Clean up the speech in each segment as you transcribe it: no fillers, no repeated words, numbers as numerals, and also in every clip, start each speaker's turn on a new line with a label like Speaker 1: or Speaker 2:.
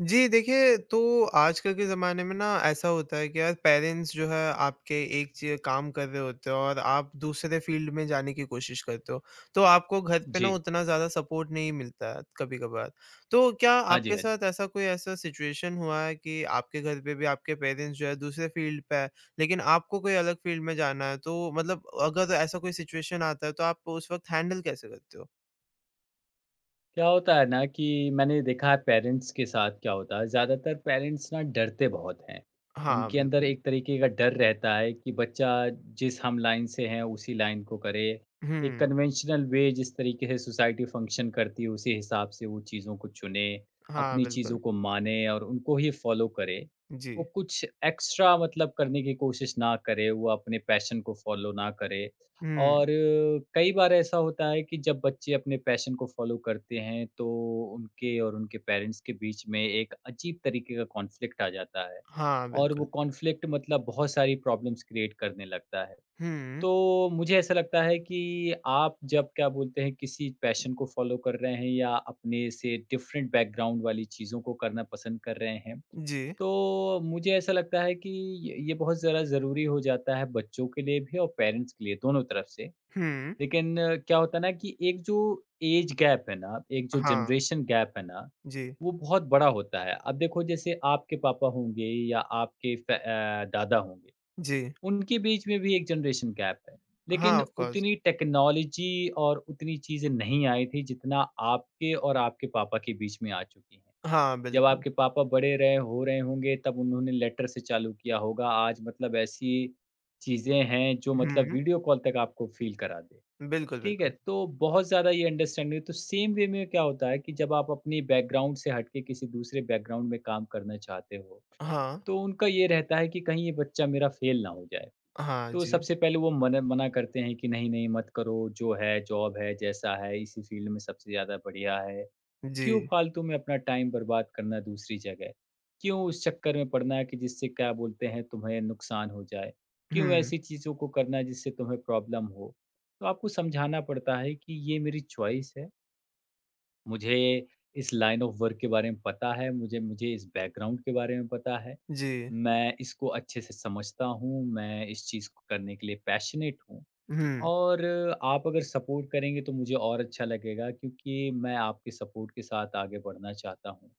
Speaker 1: जी, देखिए तो आजकल के ज़माने में ना ऐसा होता है कि यार पेरेंट्स जो है आपके एक च काम कर रहे होते हो और आप दूसरे फ़ील्ड में जाने की कोशिश करते हो। तो आपको घर पे ना
Speaker 2: जी।
Speaker 1: उतना ज़्यादा सपोर्ट नहीं मिलता है कभी-कभार। तो क्या
Speaker 2: हाँ जी,
Speaker 1: आपके
Speaker 2: हाँ जी।
Speaker 1: साथ ऐसा कोई ऐसा सिचुएशन हुआ है कि आपके घर पे भी आपके पेरेंट्स जो है दूसरे फ़ील्ड पे है, लेकिन आपको कोई अलग फ़ील्ड में जाना है तो मतलब अगर ऐसा कोई सिचुएशन आता है तो आप उस वक़्त हैंडल कैसे करते हो?
Speaker 2: क्या होता है ना कि मैंने देखा है पेरेंट्स के साथ क्या होता है, ज़्यादातर पेरेंट्स ना डरते बहुत हैं।
Speaker 1: हाँ,
Speaker 2: उनके अंदर
Speaker 1: बिल्कुल।
Speaker 2: एक तरीके का डर रहता है कि बच्चा जिस हम लाइन से हैं उसी लाइन को करे। एक
Speaker 1: हुँ।
Speaker 2: कन्वेंशनल वे जिस तरीके से सोसाइटी फ़ंक्शन करती है उसी हिसाब से वो चीज़ों को चुने,
Speaker 1: हाँ,
Speaker 2: अपनी चीज़ों
Speaker 1: बिल्कुल।
Speaker 2: को माने और उनको ही फ़ॉलो करे। वो
Speaker 1: जी।
Speaker 2: कुछ एक्स्ट्रा मतलब करने की कोशिश ना करे, वो अपने पैशन को फ़ॉलो ना करे।
Speaker 1: हुँ।
Speaker 2: और कई बार ऐसा होता है कि जब बच्चे अपने पैशन को फॉलो करते हैं तो उनके और उनके पेरेंट्स के बीच में एक अजीब तरीके का कॉन्फ्लिक्ट आ जाता है,
Speaker 1: हाँ,
Speaker 2: और वो
Speaker 1: बिल्कुल।
Speaker 2: कॉन्फ्लिक्ट मतलब बहुत सारी प्रॉब्लम्स क्रिएट करने लगता है।
Speaker 1: हुँ,
Speaker 2: तो मुझे ऐसा लगता है कि आप जब क्या बोलते हैं किसी पैशन को फॉलो कर रहे हैं या अपने से डिफरेंट बैकग्राउंड वाली चीज़ों को करना पसंद कर रहे हैं,
Speaker 1: जी।
Speaker 2: तो मुझे ऐसा लगता है कि ये बहुत ज़रा ज़रूरी हो जाता है बच्चों के लिए भी और पेरेंट्स के लिए, दोनों तरफ से।
Speaker 1: हुँ,
Speaker 2: लेकिन क्या होता है ना कि एक जो एज गैप है ना, एक जो
Speaker 1: हाँ,
Speaker 2: जनरेशन गैप है ना,
Speaker 1: जी,
Speaker 2: वो बहुत बड़ा होता है। अब देखो, जैसे आपके पापा होंगे या आपके दादा होंगे,
Speaker 1: जी।
Speaker 2: उनके बीच में भी एक जनरेशन गैप है।
Speaker 1: हाँ,
Speaker 2: लेकिन
Speaker 1: ऑफ़ कोर्स।
Speaker 2: उतनी टेक्नोलॉजी और उतनी चीज़ें नहीं आई थी जितना आपके और आपके पापा के बीच में आ चुकी हैं।
Speaker 1: हाँ,
Speaker 2: जब
Speaker 1: बिल्कुल।
Speaker 2: आपके पापा बड़े रहे हो रहे होंगे तब उन्होंने लेटर से चालू किया होगा। आज मतलब ऐसी चीज़ें हैं जो मतलब
Speaker 1: हुँ,
Speaker 2: वीडियो कॉल तक आपको फ़ील करा दें।
Speaker 1: बिल्कुल,
Speaker 2: ठीक है,
Speaker 1: बिल्कुल।
Speaker 2: तो बहुत ज़्यादा ये अंडरस्टैंडिंग तो सेम वे में क्या होता है कि जब आप अपनी बैकग्राउंड से हट के किसी दूसरे बैकग्राउंड में काम करना चाहते हो,
Speaker 1: हाँ,
Speaker 2: तो उनका ये रहता है कि कहीं ये बच्चा मेरा फेल ना हो जाए।
Speaker 1: हाँ,
Speaker 2: तो
Speaker 1: जी,
Speaker 2: सबसे पहले वो मना मना करते हैं कि नहीं, नहीं मत करो, जो है जॉब है, जैसा है, इसी फील्ड में सबसे ज़्यादा बढ़िया है।
Speaker 1: जी।
Speaker 2: क्यों फालतू में अपना टाइम बर्बाद करना दूसरी जगह? क्यों उस चक्कर में पड़ना है कि जिससे क्या बोलते हैं तुम्हें नुकसान हो जाए? क्यों
Speaker 1: हुँ,
Speaker 2: ऐसी चीज़ों को करना जिससे तुम्हें प्रॉब्लम हो? तो आपको समझाना पड़ता है कि ये मेरी चॉइस है। मुझे इस लाइन ऑफ वर्क के बारे में पता है, मुझे मुझे इस बैकग्राउंड के बारे में पता है।
Speaker 1: जी,
Speaker 2: मैं इसको अच्छे से समझता हूँ, मैं इस चीज़ को करने के लिए पैशनेट हूँ।
Speaker 1: हुँ,
Speaker 2: और आप अगर सपोर्ट करेंगे तो मुझे और अच्छा लगेगा, क्योंकि मैं आपके सपोर्ट के साथ आगे बढ़ना चाहता हूँ।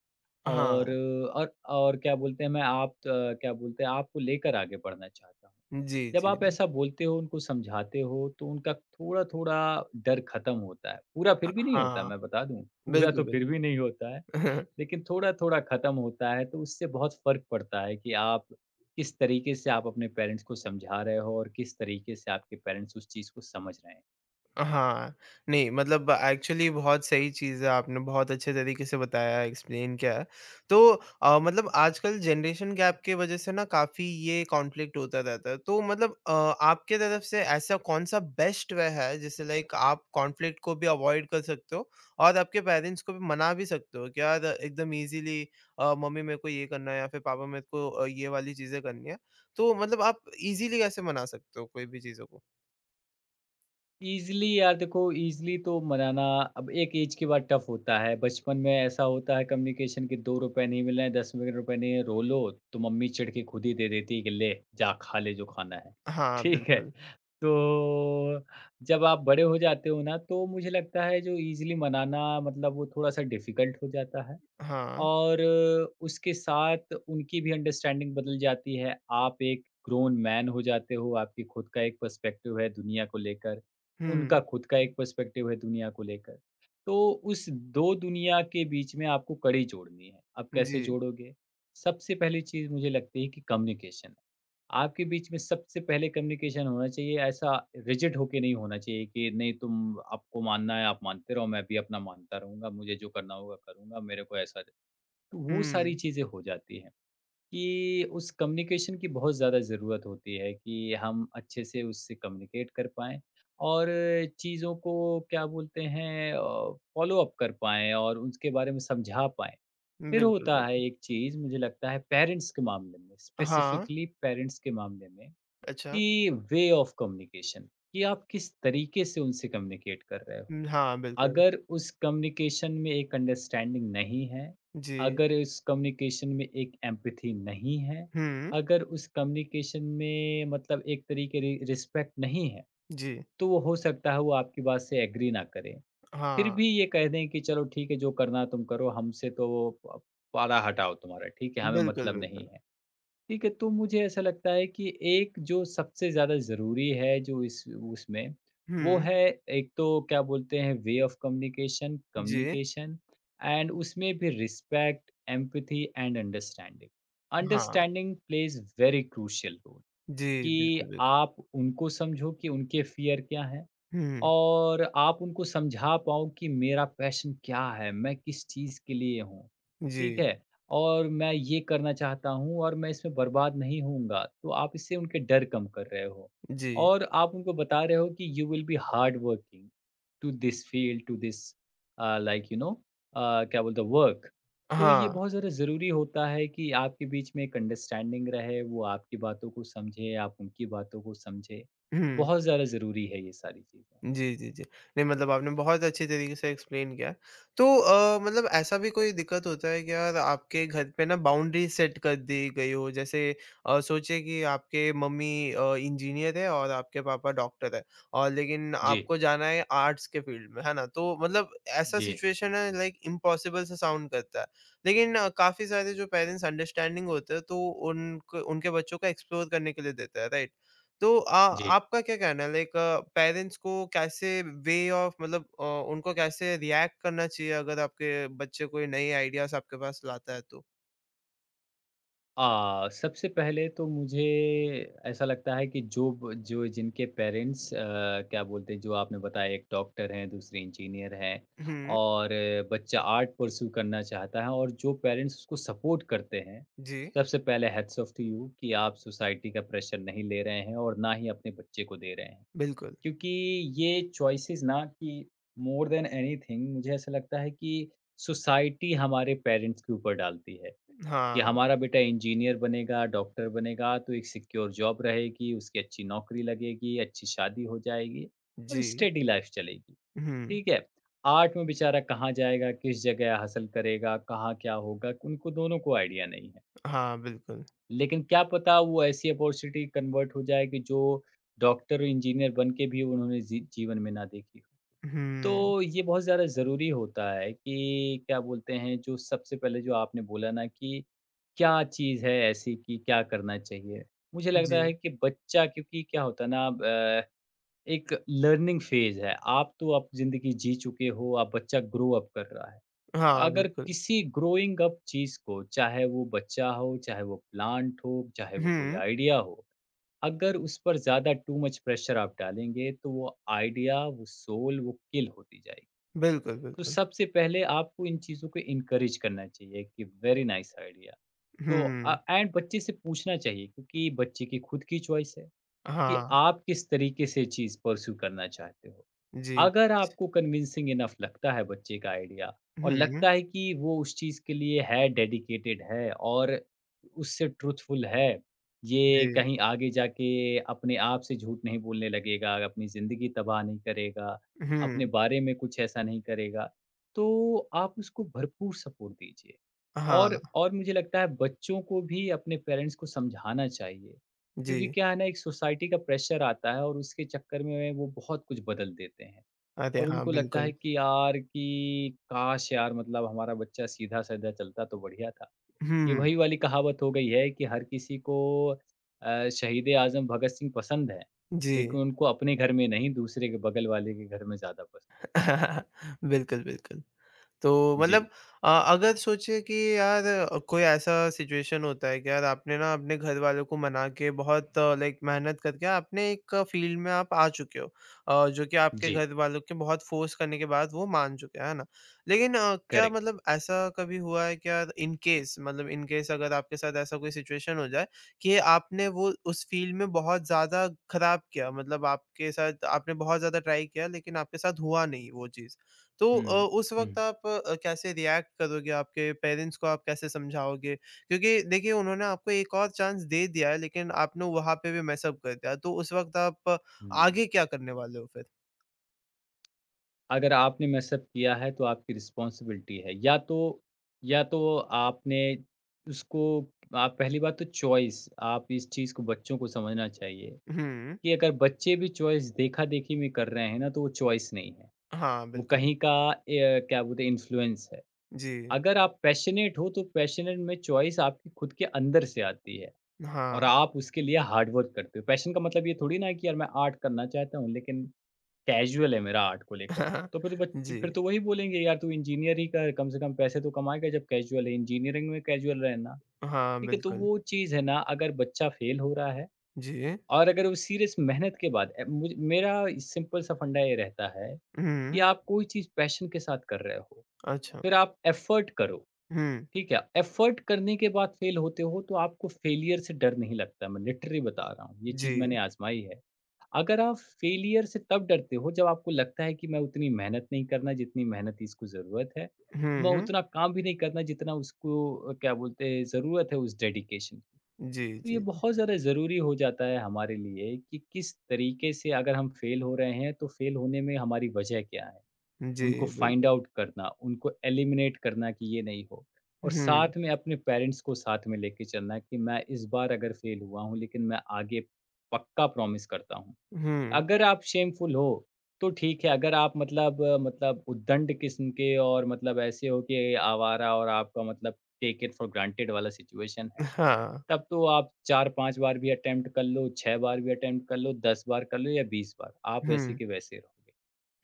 Speaker 2: और
Speaker 1: हाँ,
Speaker 2: और क्या बोलते हैं, क्या बोलते हैं, आपको लेकर आगे बढ़ना चाहता हूँ।
Speaker 1: जी,
Speaker 2: जब
Speaker 1: जी,
Speaker 2: आप
Speaker 1: जी।
Speaker 2: ऐसा बोलते हो, उनको समझाते हो, तो उनका थोड़ा-थोड़ा डर खत्म होता है। पूरा फिर भी नहीं होता,
Speaker 1: हाँ,
Speaker 2: मैं बता दूँ, पूरा
Speaker 1: बिल्कुल,
Speaker 2: तो फिर भी नहीं होता है।
Speaker 1: बिल्कुल।
Speaker 2: लेकिन थोड़ा-थोड़ा ख़त्म होता है, तो उससे बहुत फ़र्क पड़ता है कि आप किस तरीके से आप अपने पेरेंट्स को समझा रहे हो, और किस तरीके से आपके पेरेंट्स उस चीज़ को समझ रहे हैं।
Speaker 1: हाँ, नहीं मतलब एक्चुअली बहुत सही चीज़ है, आपने बहुत अच्छे तरीके से बताया, एक्सप्लेन किया है। तो मतलब आजकल जनरेशन गैप की वजह से ना काफ़ी ये कॉन्फ्लिक्ट होता रहता है। तो मतलब आपके तरफ से ऐसा कौन-सा बेस्ट वे है जैसे लाइक आप कॉन्फ्लिक्ट को भी अवॉइड कर सकते हो और आपके पेरेंट्स को भी मना भी सकते हो कि यार एकदम ईज़िली मम्मी मेरे को ये करना है या फिर पापा मेरे को ये वाली चीज़ें करनी है। तो मतलब आप ईज़िली कैसे मना सकते हो कोई भी चीज़ों को?
Speaker 2: ईज़िली यार देखो, ईज़िली तो मनाना अब एक ऐज के बाद टफ़ होता है। बचपन में ऐसा होता है कम्युनिकेशन के 2 रुपए नहीं मिल रहे हैं, 10 मिल रुपए नहीं है, रो लो, तो मम्मी चिढ़ के खुद ही दे देती है कि ले जा खा ले जो खाना है।
Speaker 1: हाँ,
Speaker 2: ठीक है?
Speaker 1: बिल्कुल।
Speaker 2: तो जब आप बड़े हो जाते हो ना, तो मुझे लगता है जो ईज़िली मनाना मतलब वो थोड़ा-सा डिफ़िकल्ट हो जाता है।
Speaker 1: हाँ।
Speaker 2: और उसके साथ उनकी भी अंडरस्टैंडिंग बदल जाती है। आप एक ग्रोन मैन हो जाते हो, आपकी खुद का एक पर्सपेक्टिव है दुनिया को लेकर, उनका
Speaker 1: हुँ,
Speaker 2: खुद का एक पर्सपेक्टिव है दुनिया को लेकर। तो उस 2 दुनिया के बीच में आपको कड़ी जोड़नी है। आप कैसे
Speaker 1: जी।
Speaker 2: जोड़ोगे? सबसे पहली चीज़ मुझे लगती है कि कम्युनिकेशन। आपके बीच में सबसे पहले कम्युनिकेशन होना चाहिए, ऐसा रिजिड होके नहीं होना चाहिए कि नहीं तुम आपको मानना है आप मानते रहो, मैं भी अपना मानता रहूँगा, मुझे जो करना होगा करूँगा, मेरे को ऐसा। तो वो सारी
Speaker 1: हुँ,
Speaker 2: चीज़ें हो जाती हैं कि उस कम्युनिकेशन की बहुत ज़्यादा ज़रूरत होती है कि हम अच्छे से उससे कम्युनिकेट कर पाएँ और चीज़ों को क्या बोलते हैं, फ़ॉलो अप कर पाएँ और उसके बारे में समझा पाएँ। फिर
Speaker 1: बिल्कुल,
Speaker 2: होता है
Speaker 1: बिल्कुल।
Speaker 2: एक चीज़ मुझे लगता है पेरेंट्स के मामले में,
Speaker 1: हाँ,
Speaker 2: स्पेसिफ़िकली पेरेंट्स के मामले में,
Speaker 1: अच्छा।
Speaker 2: कि वे ऑफ़ कम्युनिकेशन, कि आप किस तरीके से उनसे कम्युनिकेट कर रहे हो।
Speaker 1: हुँ, हाँ, बिल्कुल।
Speaker 2: अगर उस कम्युनिकेशन में एक अंडरस्टैंडिंग नहीं है,
Speaker 1: जी।
Speaker 2: अगर उस कम्युनिकेशन में एक एम्पैथी नहीं है,
Speaker 1: हुँ,
Speaker 2: अगर उस कम्युनिकेशन में मतलब एक तरीके रि रिस्पेक्ट नहीं है,
Speaker 1: जी।
Speaker 2: तो वो हो सकता है वो आपकी बात से एग्री ना करें। फिर
Speaker 1: हाँ,
Speaker 2: भी ये कह दें कि चलो ठीक है जो करना तुम करो, हमसे तो वो प पाला हटाओ तुम्हारा, ठीक है? हमें
Speaker 1: बिल्कुल,
Speaker 2: मतलब
Speaker 1: बिल्कुल।
Speaker 2: नहीं है। ठीक है, तो मुझे ऐसा लगता है कि एक जो सबसे ज़्यादा ज़रूरी है जो इस उसमें,
Speaker 1: हुँ,
Speaker 2: वो है एक तो क्या बोलते हैं वे ऑफ़ कम्युनिकेशन,
Speaker 1: जी।
Speaker 2: कम्युनिकेशन एंड उसमें भी रिस्पेक्ट, एम्पैथी एंड अंडरस्टैंडिंग।
Speaker 1: हाँ,
Speaker 2: understanding plays very crucial role
Speaker 1: जी,
Speaker 2: कि
Speaker 1: बिल्कुल, बिल्कुल।
Speaker 2: आप उनको समझो कि उनके फ़ियर क्या हैं,
Speaker 1: हुँ,
Speaker 2: और आप उनको समझा पाओ कि मेरा पैशन क्या है, मैं किस चीज़ के लिए हूँ, ठीक
Speaker 1: जी,
Speaker 2: है? और मैं ये करना चाहता हूँ और मैं इसमें बर्बाद नहीं होऊँगा, तो आप इससे उनके डर कम कर रहे हो।
Speaker 1: जी।
Speaker 2: और आप उनको बता रहे हो कि you will be hard working to this field, to this like you know uh, क्या बोलते हैं वर्क। तो ये
Speaker 1: हाँ,
Speaker 2: बहुत ज़्यादा ज़रूरी होता है कि आपके बीच में एक अंडरस्टैंडिंग रहे, वो आपकी बातों को समझे, आप उनकी बातों को समझे।
Speaker 1: हुँ।
Speaker 2: बहुत ज़्यादा ज़रूरी है ये सारी चीज़ें।
Speaker 1: जी, जी, जी। नहीं मतलब आपने बहुत अच्छे तरीके से एक्सप्लेन किया। तो मतलब ऐसा भी कोई दिक्कत होता है कि यार आपके घर पे ना बाउंड्री सेट कर दी गई हो जैसे सोचिए कि आपके मम्मी इंजीनियर है और आपके पापा डॉक्टर है और लेकिन
Speaker 2: जी,
Speaker 1: आपको जाना है आर्ट्स के फील्ड में, है ना? तो मतलब ऐसा
Speaker 2: जी,
Speaker 1: सिचुएशन है लाइक इम्पॉसिबल सा साउंड करता है। लेकिन काफ़ी सारे जो पेरेंट्स अंडरस्टैंडिंग होते हैं तो उनके बच्चों को एक्सप्लोर करने के लिए देते हैं, राइट? तो आ
Speaker 2: जी।
Speaker 1: आपका क्या कहना है लाइक पेरेंट्स को कैसे वे ऑफ मतलब उनको कैसे रिएक्ट करना चाहिए अगर आपके बच्चे कोई नए आइडियाज आपके पास लाता है तो?
Speaker 2: सबसे पहले तो मुझे ऐसा लगता है कि जो जिनके पेरेंट्स क्या बोलते हैं, जो आपने बताया, एक डॉक्टर हैं, दूसरे इंजीनियर हैं,
Speaker 1: हुँ,
Speaker 2: और बच्चा आर्ट परस्यू करना चाहता है और जो पेरेंट्स उसको सपोर्ट करते हैं,
Speaker 1: जी,
Speaker 2: सबसे पहले हैट्स ऑफ टू यू, कि आप सोसाइटी का प्रेशर नहीं ले रहे हैं और ना ही अपने बच्चे को दे रहे हैं।
Speaker 1: बिल्कुल।
Speaker 2: क्योंकि ये चॉइसेस ना कि मोर देन एनीथिंग, मुझे ऐसा लगता है कि सोसाइटी हमारे पेरेंट्स के ऊपर डालती है कि
Speaker 1: हाँ,
Speaker 2: हमारा बेटा इंजीनियर बनेगा, डॉक्टर बनेगा, तो एक सिक्योर जॉब रहेगी, उसकी अच्छी नौकरी लगेगी, अच्छी शादी हो जाएगी, और
Speaker 1: जी।
Speaker 2: स्टेडी लाइफ चलेगी,
Speaker 1: हुँ,
Speaker 2: ठीक है। आर्ट में बेचारा कहाँ जाएगा, किस जगह हासिल करेगा, कहाँ क्या होगा, उनको दोनों को आइडिया नहीं है।
Speaker 1: हाँ, बिल्कुल।
Speaker 2: लेकिन क्या पता वो ऐसी अपॉर्चुनिटी कन्वर्ट हो जाए कि जो डॉक्टर इंजीनियर बन के भी उन्होंने जीवन में ना देखी हो।
Speaker 1: हुँ,
Speaker 2: तो ये बहुत ज़्यादा ज़रूरी होता है कि क्या बोलते हैं, जो सबसे पहले जो आपने बोला ना, कि क्या चीज़ है ऐसी कि क्या करना चाहिए? मुझे लगता
Speaker 1: जी।
Speaker 2: है कि बच्चा, क्योंकि क्या होता है ना, अब एक लर्निंग फेज़ है। आप तो आप ज़िंदगी जी चुके हो, आप बच्चा ग्रो अप कर रहा है।
Speaker 1: हाँ,
Speaker 2: अगर
Speaker 1: बिल्कुल।
Speaker 2: किसी ग्रोइंग अप चीज़ को, चाहे वो बच्चा हो, चाहे वो प्लांट हो, चाहे वो कोई
Speaker 1: हुँ,
Speaker 2: आइडिया हो, अगर उस पर ज़्यादा टू मच प्रेशर आप डालेंगे, तो वो आइडिया, वो सोल, वो किल होती जाएगी।
Speaker 1: बिल्कुल,
Speaker 2: तो
Speaker 1: बिल्कुल।
Speaker 2: सबसे पहले आपको इन चीज़ों को एनकरेज करना चाहिए कि वेरी नाइस आइडिया। तो
Speaker 1: हुँ,
Speaker 2: एंड बच्चे से पूछना चाहिए, क्योंकि बच्चे की खुद की चॉइस है। कि
Speaker 1: हाँ,
Speaker 2: आप किस तरीके से चीज़ परस्यू करना चाहते हो।
Speaker 1: जी।
Speaker 2: अगर आपको कन्विंसिंग इनफ लगता है बच्चे का आइडिया, और
Speaker 1: हुँ,
Speaker 2: लगता है कि वो उस चीज़ के लिए है, डेडिकेटेड है और उससे ट्रुथफुल है, ये
Speaker 1: जी।
Speaker 2: कहीं आगे जाके अपने आप से झूठ नहीं बोलने लगेगा, अपनी ज़िंदगी तबाह नहीं करेगा, अपने
Speaker 1: हुँ,
Speaker 2: बारे में कुछ ऐसा नहीं करेगा, तो आप उसको भरपूर सपोर्ट दीजिए।
Speaker 1: हाँ,
Speaker 2: और मुझे लगता है बच्चों को भी अपने पेरेंट्स को समझाना चाहिए,
Speaker 1: जी।
Speaker 2: क्योंकि क्या है ना, एक सोसाइटी का प्रेशर आता है और उसके चक्कर में वो बहुत कुछ बदल देते हैं।
Speaker 1: अरे!
Speaker 2: और
Speaker 1: हाँ,
Speaker 2: उनको लगता
Speaker 1: बिल्कुल।
Speaker 2: है कि यार, कि काश यार, मतलब हमारा बच्चा सीधा-साधा चलता तो बढ़िया था। ये
Speaker 1: हुँ,
Speaker 2: वही वाली कहावत हो गई है कि हर किसी को शहीद ए आज़म भगत सिंह पसंद है,
Speaker 1: जी।
Speaker 2: लेकिन उनको अपने घर में नहीं, दूसरे के बगल वाले के घर में ज़्यादा पसंद।
Speaker 1: बिल्कुल, बिल्कुल। तो मतलब
Speaker 2: जी,
Speaker 1: अगर सोचे कि यार कोई ऐसा सिचुएशन होता है कि यार आपने ना अपने घर वालों को मना के बहुत लाइक मेहनत करके आपने एक फील्ड में आप आ चुके हो जो कि आपके
Speaker 2: जी।
Speaker 1: घर वालों के बहुत फोर्स करने के बाद वो मान चुके हैं है ना लेकिन क्या
Speaker 2: करेक्ट।
Speaker 1: मतलब ऐसा कभी हुआ है कि यार इन केस अगर आपके साथ ऐसा कोई सिचुएशन हो जाए कि आपने वो उस फील्ड में बहुत ज़्यादा खराब किया मतलब आपके साथ आपने बहुत ज़्यादा ट्राई किया लेकिन आपके साथ हुआ नहीं वो चीज़ तो
Speaker 2: हुँ,
Speaker 1: उस
Speaker 2: हुँ,
Speaker 1: वक़्त आप कैसे रिएक्ट करोगे? आपके पेरेंट्स को आप कैसे समझाओगे? क्योंकि देखिए उन्होंने आपको एक और चांस दे दिया है लेकिन आपने वहाँ पे भी मिस अप कर दिया, तो उस वक़्त आप
Speaker 2: हुँ।
Speaker 1: आगे क्या करने वाले हो फिर?
Speaker 2: अगर आपने मिसअप किया है तो आपकी रिस्पॉन्सिबिलिटी है। या तो आपने उसको, आप पहली बात तो चॉइस, आप इस चीज़ को बच्चों को समझना चाहिए
Speaker 1: हुँ।
Speaker 2: कि अगर बच्चे भी चॉइस देखा-देखी में कर रहे हैं ना, तो वो चॉइस नहीं है।
Speaker 1: हाँ,
Speaker 2: वो
Speaker 1: बिल्कुल।
Speaker 2: कहीं का क्या बोलते हैं इन्फ्लुएंस है।
Speaker 1: जी।
Speaker 2: अगर आप पैशनेट हो तो पैशनेट में चॉइस आपकी खुद के अंदर से आती है और
Speaker 1: हाँ।
Speaker 2: आप उसके लिए हार्ड वर्क करते हो। पैशन का मतलब ये थोड़ी ना है कि यार मैं आर्ट करना चाहता हूँ, लेकिन कैज़ुअल है मेरा आर्ट को लेकर। तो फिर तो बच्चे
Speaker 1: जी।
Speaker 2: फिर तो वही बोलेंगे यार तू इंजीनियर ही कर, कम से कम पैसे तो कमाएगा जब कैज़ुअल है, इंजीनियरिंग में कैज़ुअल रहना।
Speaker 1: हाँ,
Speaker 2: ठीक है, तो
Speaker 1: बिल्कुल।
Speaker 2: वो चीज़ है ना अगर बच्चा फ़ेल हो रहा है
Speaker 1: जी।
Speaker 2: और अगर वो सीरियस मेहनत के बाद मुझ मेरा सिंपल सा फंडा ये रहता है कि
Speaker 1: हुँ।
Speaker 2: आप कोई चीज़ पैशन के साथ कर रहे हो,
Speaker 1: अच्छा।
Speaker 2: फिर आप एफ़र्ट करो,
Speaker 1: हुँ।
Speaker 2: ठीक है? एफ़र्ट करने के बाद फ़ेल होते हो तो आपको फ़ेलियर से डर नहीं लगता, मैं लिटरली बता रहा हूँ, ये
Speaker 1: जी।
Speaker 2: चीज़ मैंने आज़माई है। अगर आप फेलियर से तब डरते हो जब आपको लगता है कि मैं उतनी मेहनत नहीं करना जितनी मेहनत इसको ज़रूरत है। मैं
Speaker 1: हुँ।
Speaker 2: उतना काम भी नहीं करना जितना उसको क्या बोलते हैं ज़रूरत है उस डेडिकेशन की।
Speaker 1: जी,
Speaker 2: तो ये
Speaker 1: जी।
Speaker 2: बहुत ज़्यादा ज़रूरी हो जाता है हमारे लिए कि किस तरीके से अगर हम फेल हो रहे हैं तो फेल होने में हमारी वजह क्या है?
Speaker 1: जी,
Speaker 2: उनको फाइंड
Speaker 1: बिल्कुल।
Speaker 2: आउट करना, उनको एलिमिनेट करना कि ये नहीं हो। और
Speaker 1: हुँ,
Speaker 2: साथ में अपने पेरेंट्स को साथ में लेके चलना कि मैं इस बार अगर फेल हुआ हूँ लेकिन मैं आगे पक्का प्रॉमिस करता हूँ।
Speaker 1: हुँ।
Speaker 2: अगर आप शेमफुल हो, तो ठीक है, अगर आप मतलब मतलब उद्दंड किस्म के और मतलब ऐसे हो कि आवारा और आपका मतलब टेक इट फॉर ग्रांटेड वाला सिचुएशन है,
Speaker 1: हाँ।
Speaker 2: तब तो आप 4-5 बार भी अटेम्प्ट कर लो, 6 बार भी अटेम्प्ट कर लो, 10 बार कर लो या 20 बार, आप वैसे
Speaker 1: हुँ।
Speaker 2: के वैसे रहोगे।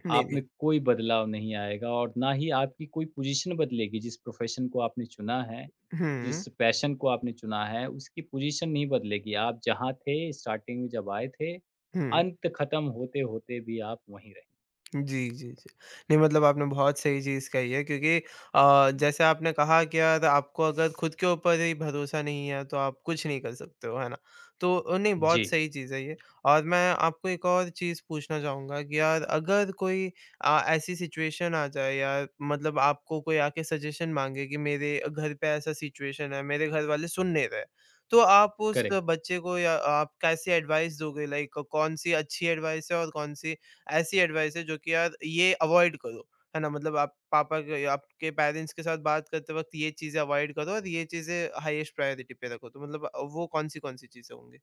Speaker 1: नहीं,
Speaker 2: आप
Speaker 1: नहीं।
Speaker 2: में कोई बदलाव नहीं आएगा और ना ही आपकी कोई पोजीशन बदलेगी। जिस प्रोफ़ेशन को आपने चुना है,
Speaker 1: हुँ,
Speaker 2: जिस पैशन को आपने चुना है, उसकी पोजीशन नहीं बदलेगी। आप जहाँ थे स्टार्टिंग में जब आए थे,
Speaker 1: हुँ।
Speaker 2: अंत ख़त्म होते-होते भी आप वहीं रहे।
Speaker 1: जी, जी, जी। नहीं मतलब आपने बहुत सही चीज़ कही है क्योंकि जैसे आपने कहा कि यार आपको अगर खुद के ऊपर ही भरोसा नहीं है तो आप कुछ नहीं कर सकते हो, है ना? तो नहीं बहुत
Speaker 2: जी,
Speaker 1: सही चीज़ है ये और मैं आपको एक और चीज़ पूछना चाहूँगा कि यार अगर कोई ऐसी सिचुएशन आ जाए यार मतलब आपको कोई आके सजेशन माँगे कि मेरे घर पे ऐसा सिचुएशन है, मेरे घर वाले सुन नहीं रहे। तो आप उस
Speaker 2: करेक्ट।
Speaker 1: बच्चे को या आप कैसी एडवाइस दोगे लाइक कौन-सी अच्छी एडवाइस है और कौन-सी ऐसी एडवाइस है जो कि यार ये अवॉइड करो, है ना? मतलब आप पापा के आपके पेरेंट्स के साथ बात करते वक़्त ये चीज़ें अवॉइड करो और ये चीज़ें हाईएस्ट प्रायोरिटी पे रखो। तो मतलब वो कौन-सी, कौन-सी चीज़ें होंगी?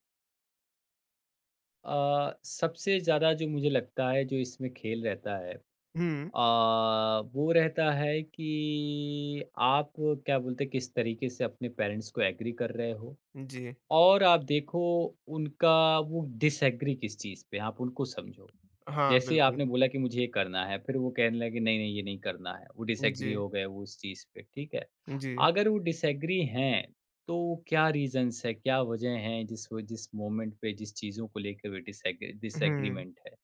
Speaker 2: सबसे ज़्यादा जो मुझे लगता है जो इसमें खेल रहता है,
Speaker 1: हुँ,
Speaker 2: अ, वो रहता है कि आप क्या बोलते हैं किस तरीके से अपने पेरेंट्स को एग्री कर रहे हो?
Speaker 1: जी।
Speaker 2: और आप देखो उनका वो डिसएग्री किस चीज़ पे है, आप उनको समझो।
Speaker 1: हाँ,
Speaker 2: जैसे
Speaker 1: बिल्कुल।
Speaker 2: आपने बोला कि मुझे ये करना है, फिर वो कहने लगे नहीं, नहीं ये नहीं करना है, वो डिसएग्री
Speaker 1: जी,
Speaker 2: हो गए वो उस चीज़ पे, ठीक है।
Speaker 1: जी।
Speaker 2: अगर वो डिसएग्री हैं, तो क्या रीज़न्स है, क्या वजह हैं जिस व जिस मोमेंट पे जिस चीज़ों को लेके वे
Speaker 1: हुँ,
Speaker 2: डिसएग्रीमेंट है?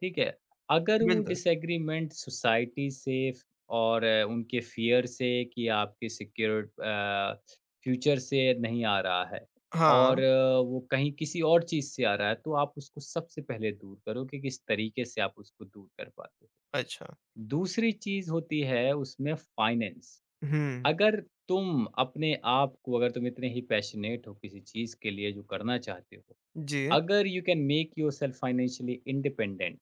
Speaker 2: ठीक है। अगर वो
Speaker 1: बिल्कुल।
Speaker 2: डिसएग्रीमेंट सोसाइटी से और उनके फ़ियर से कि आपके सिक्योर फ्यूचर से नहीं आ रहा है और
Speaker 1: हाँ,
Speaker 2: वो कहीं किसी और चीज़ से आ रहा है, तो आप उसको सबसे पहले दूर करो कि किस तरीके से आप उसको दूर कर पाते हो।
Speaker 1: अच्छा।
Speaker 2: दूसरी चीज़ होती है उसमें फ़ाइनेंस।
Speaker 1: हुँ,
Speaker 2: अगर तुम अपने आप को अगर तुम इतने ही पैशनेट हो किसी चीज़ के लिए जो करना चाहते हो,
Speaker 1: जी।
Speaker 2: अगर you can make yourself financially independent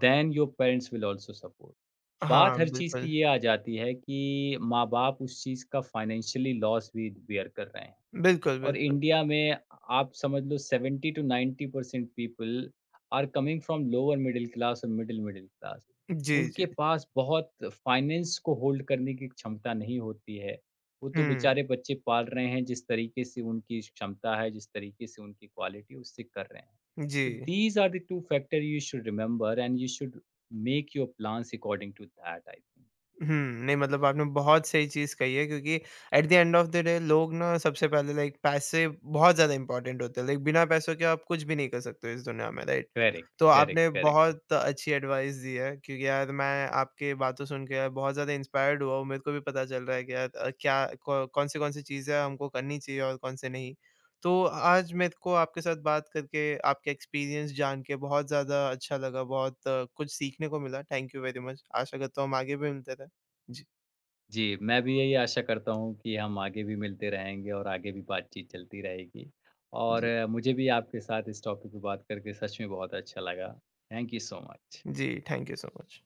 Speaker 2: then your parents will also support.
Speaker 1: हाँ,
Speaker 2: बात हर चीज़ की
Speaker 1: बिल्कुल।
Speaker 2: ये आ जाती है कि माँ-बाप उस चीज़ का फाइनेंशियली लॉस भी बियर कर रहे हैं
Speaker 1: बिल्कुल,
Speaker 2: और
Speaker 1: बिल्कुल।
Speaker 2: इंडिया में आप समझ लो 70 to 90% people are coming from lower middle class और मिडल मिडल क्लास।
Speaker 1: जी,
Speaker 2: उनके
Speaker 1: जी।
Speaker 2: पास बहुत फाइनेंस को होल्ड करने की क्षमता नहीं होती है। वो तो
Speaker 1: हुँ,
Speaker 2: बेचारे बच्चे पाल रहे हैं जिस तरीके से उनकी क्षमता है, जिस तरीके से उनकी क्वालिटी उससे कर रहे हैं।
Speaker 1: जी।
Speaker 2: These are the two factors you should remember, and you should make your plans according to that, I think.
Speaker 1: हुँ, नहीं मतलब आपने बहुत सही चीज़ कही है क्योंकि at the end of the day लोग ना सबसे पहले लाइक पैसे बहुत ज़्यादा इम्पोर्टेंट होते हैं, लाइक बिना पैसों के आप कुछ भी नहीं कर सकते हो इस दुनिया में, राइट?
Speaker 2: करेक्ट,
Speaker 1: तो
Speaker 2: करेक्ट,
Speaker 1: आपने
Speaker 2: करेक्ट।
Speaker 1: बहुत अच्छी एडवाइस दी है क्योंकि यार मैं आपकी बातों सुन के यार बहुत ज़्यादा इंस्पायर्ड हुआ हूँ, मेरे को भी पता चल रहा है कि यार क्या कौ कौन-सी कौन-सी चीज़ें हमको करनी चाहिए और कौन-से नहीं। तो आज मेरे को आपके साथ बात करके, आपके एक्सपीरियंस जान के बहुत ज़्यादा अच्छा लगा, बहुत कुछ सीखने को मिला। Thank you very much. आशा करता हूँ हम आगे भी मिलते रहें। जी,
Speaker 2: जी, मैं भी यही आशा करता हूँ कि हम आगे भी मिलते रहेंगे और आगे भी बातचीत चलती रहेगी और
Speaker 1: जी,
Speaker 2: मुझे भी आपके साथ इस टॉपिक पे बात करके सच में बहुत अच्छा लगा। Thank you so much.
Speaker 1: जी, थैंक यू सो मच।